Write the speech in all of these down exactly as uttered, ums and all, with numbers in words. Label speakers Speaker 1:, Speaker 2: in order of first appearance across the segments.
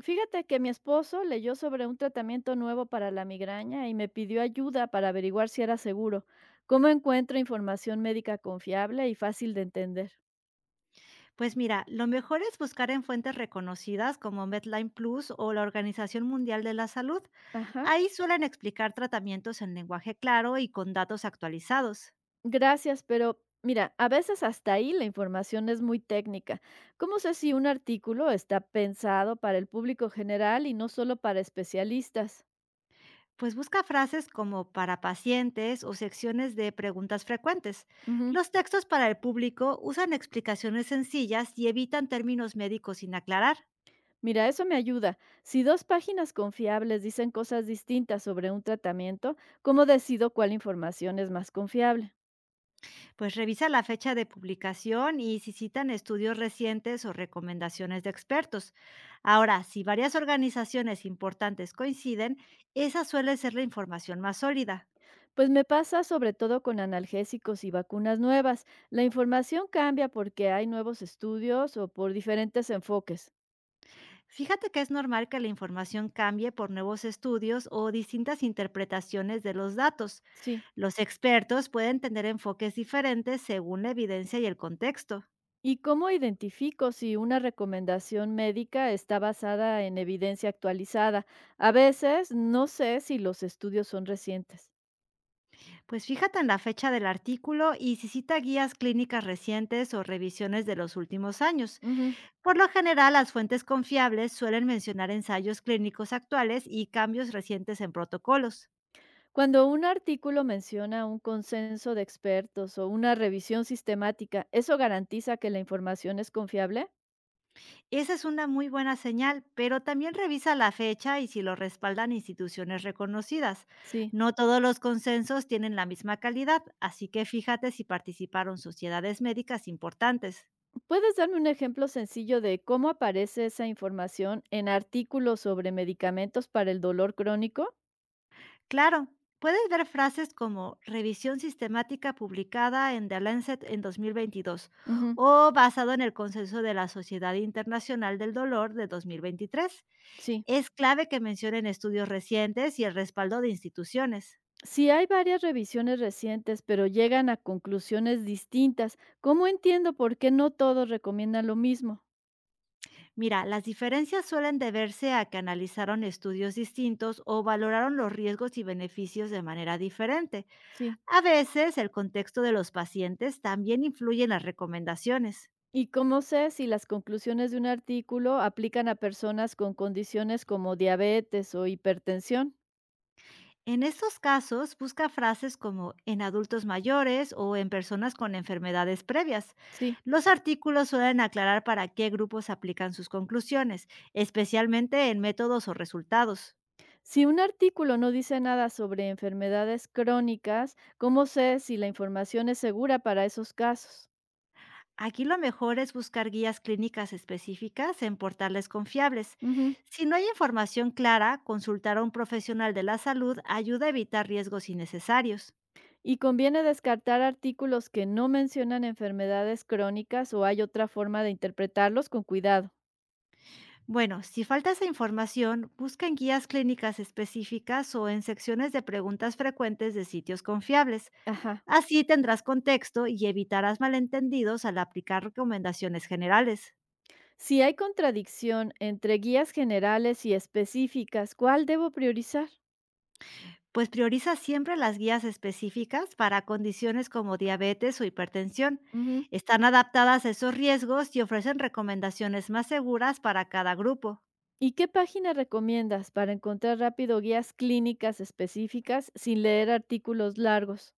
Speaker 1: Fíjate que mi esposo leyó sobre un tratamiento nuevo para la migraña y me pidió ayuda para averiguar si era seguro. ¿Cómo encuentro información médica confiable y fácil de entender?
Speaker 2: Pues mira, lo mejor es buscar en fuentes reconocidas como Medline Plus o la Organización Mundial de la Salud.
Speaker 1: Ajá,
Speaker 2: Ahí suelen explicar tratamientos en lenguaje claro y con datos actualizados.
Speaker 1: gracias, pero mira, a veces hasta ahí la información es muy técnica. ¿Cómo sé si un artículo está pensado para el público general y no solo para especialistas?
Speaker 2: Pues busca frases como para pacientes o secciones de preguntas frecuentes.
Speaker 1: Ujú.
Speaker 2: Los textos para el público usan explicaciones sencillas y evitan términos médicos sin aclarar.
Speaker 1: Mira, eso me ayuda. Si dos páginas confiables dicen cosas distintas sobre un tratamiento, ¿cómo decido cuál información es más confiable?
Speaker 2: Pues revisa la fecha de publicación y si citan estudios recientes o recomendaciones de expertos. Ahora, si varias organizaciones importantes coinciden, esa suele ser la información más sólida.
Speaker 1: Pues me pasa sobre todo con analgésicos y vacunas nuevas. La información cambia porque hay nuevos estudios o por diferentes enfoques.
Speaker 2: Fíjate que es normal que la información cambie por nuevos estudios o distintas interpretaciones de los datos.
Speaker 1: Sí.
Speaker 2: Los expertos pueden tener enfoques diferentes según la evidencia y el contexto.
Speaker 1: ¿Y cómo identifico si una recomendación médica está basada en evidencia actualizada? A veces no sé si los estudios son recientes.
Speaker 2: Pues fíjate en la fecha del artículo y si cita guías clínicas recientes o revisiones de los últimos años.
Speaker 1: Ujú.
Speaker 2: Por lo general, las fuentes confiables suelen mencionar ensayos clínicos actuales y cambios recientes en protocolos.
Speaker 1: Cuando un artículo menciona un consenso de expertos o una revisión sistemática, ¿eso garantiza que la información es confiable?
Speaker 2: Esa es una muy buena señal, pero también revisa la fecha y si lo respaldan instituciones reconocidas.
Speaker 1: Sí.
Speaker 2: No todos los consensos tienen la misma calidad, así que fíjate si participaron sociedades médicas importantes.
Speaker 1: ¿Puedes darme un ejemplo sencillo de cómo aparece esa información en artículos sobre medicamentos para el dolor crónico?
Speaker 2: Claro, puedes ver frases como revisión sistemática publicada en The Lancet en dos mil veintidós,
Speaker 1: Ujú,
Speaker 2: o basado en el consenso de la Sociedad Internacional del Dolor de dos mil veintitrés.
Speaker 1: sí.
Speaker 2: Es clave que mencionen estudios recientes y el respaldo de instituciones.
Speaker 1: Si hay varias revisiones recientes, pero llegan a conclusiones distintas, ¿cómo entiendo por qué no todos recomiendan lo mismo?
Speaker 2: Mira, las diferencias suelen deberse a que analizaron estudios distintos o valoraron los riesgos y beneficios de manera diferente.
Speaker 1: Sí.
Speaker 2: A veces, el contexto de los pacientes también influye en las recomendaciones.
Speaker 1: ¿Y cómo sé si las conclusiones de un artículo aplican a personas con condiciones como diabetes o hipertensión?
Speaker 2: En estos casos, busca frases como en adultos mayores o en personas con enfermedades previas.
Speaker 1: Sí.
Speaker 2: Los artículos suelen aclarar para qué grupos aplican sus conclusiones, especialmente en métodos o resultados.
Speaker 1: Si un artículo no dice nada sobre enfermedades crónicas, ¿cómo sé si la información es segura para esos casos?
Speaker 2: Aquí lo mejor es buscar guías clínicas específicas en portales confiables.
Speaker 1: Ujú.
Speaker 2: Si no hay información clara, consultar a un profesional de la salud ayuda a evitar riesgos innecesarios.
Speaker 1: Y conviene descartar artículos que no mencionan enfermedades crónicas o hay otra forma de interpretarlos con cuidado.
Speaker 2: Bueno, si falta esa información, busca en guías clínicas específicas o en secciones de preguntas frecuentes de sitios confiables.
Speaker 1: Ajá.
Speaker 2: Así tendrás contexto y evitarás malentendidos al aplicar recomendaciones generales.
Speaker 1: Si hay contradicción entre guías generales y específicas, ¿cuál debo priorizar?
Speaker 2: Pues prioriza siempre las guías específicas para condiciones como diabetes o hipertensión.
Speaker 1: Ujú.
Speaker 2: Están adaptadas a esos riesgos y ofrecen recomendaciones más seguras para cada grupo.
Speaker 1: ¿Y qué página recomiendas para encontrar rápido guías clínicas específicas sin leer artículos largos?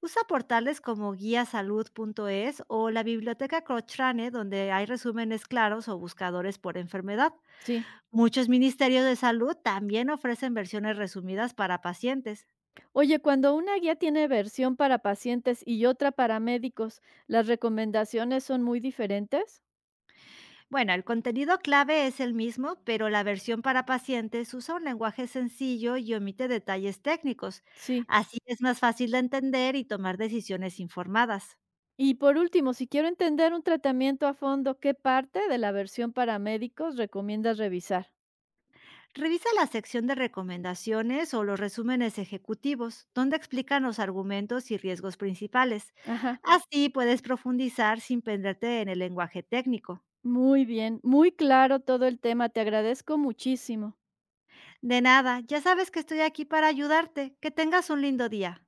Speaker 2: Usa portales como guiasalud.es o la biblioteca Cochrane, donde hay resúmenes claros o buscadores por enfermedad.
Speaker 1: Sí.
Speaker 2: Muchos ministerios de salud también ofrecen versiones resumidas para pacientes.
Speaker 1: Oye, cuando una guía tiene versión para pacientes y otra para médicos, ¿las recomendaciones son muy diferentes?
Speaker 2: Bueno, el contenido clave es el mismo, pero la versión para pacientes usa un lenguaje sencillo y omite detalles técnicos.
Speaker 1: Sí.
Speaker 2: Así es más fácil de entender y tomar decisiones informadas.
Speaker 1: Y por último, si quiero entender un tratamiento a fondo, ¿qué parte de la versión para médicos recomiendas revisar?
Speaker 2: Revisa la sección de recomendaciones o los resúmenes ejecutivos, donde explican los argumentos y riesgos principales.
Speaker 1: Ajá,
Speaker 2: Así puedes profundizar sin perderte en el lenguaje técnico.
Speaker 1: muy bien, muy claro todo el tema, te agradezco muchísimo.
Speaker 2: De nada, ya sabes que estoy aquí para ayudarte. Que tengas un lindo día.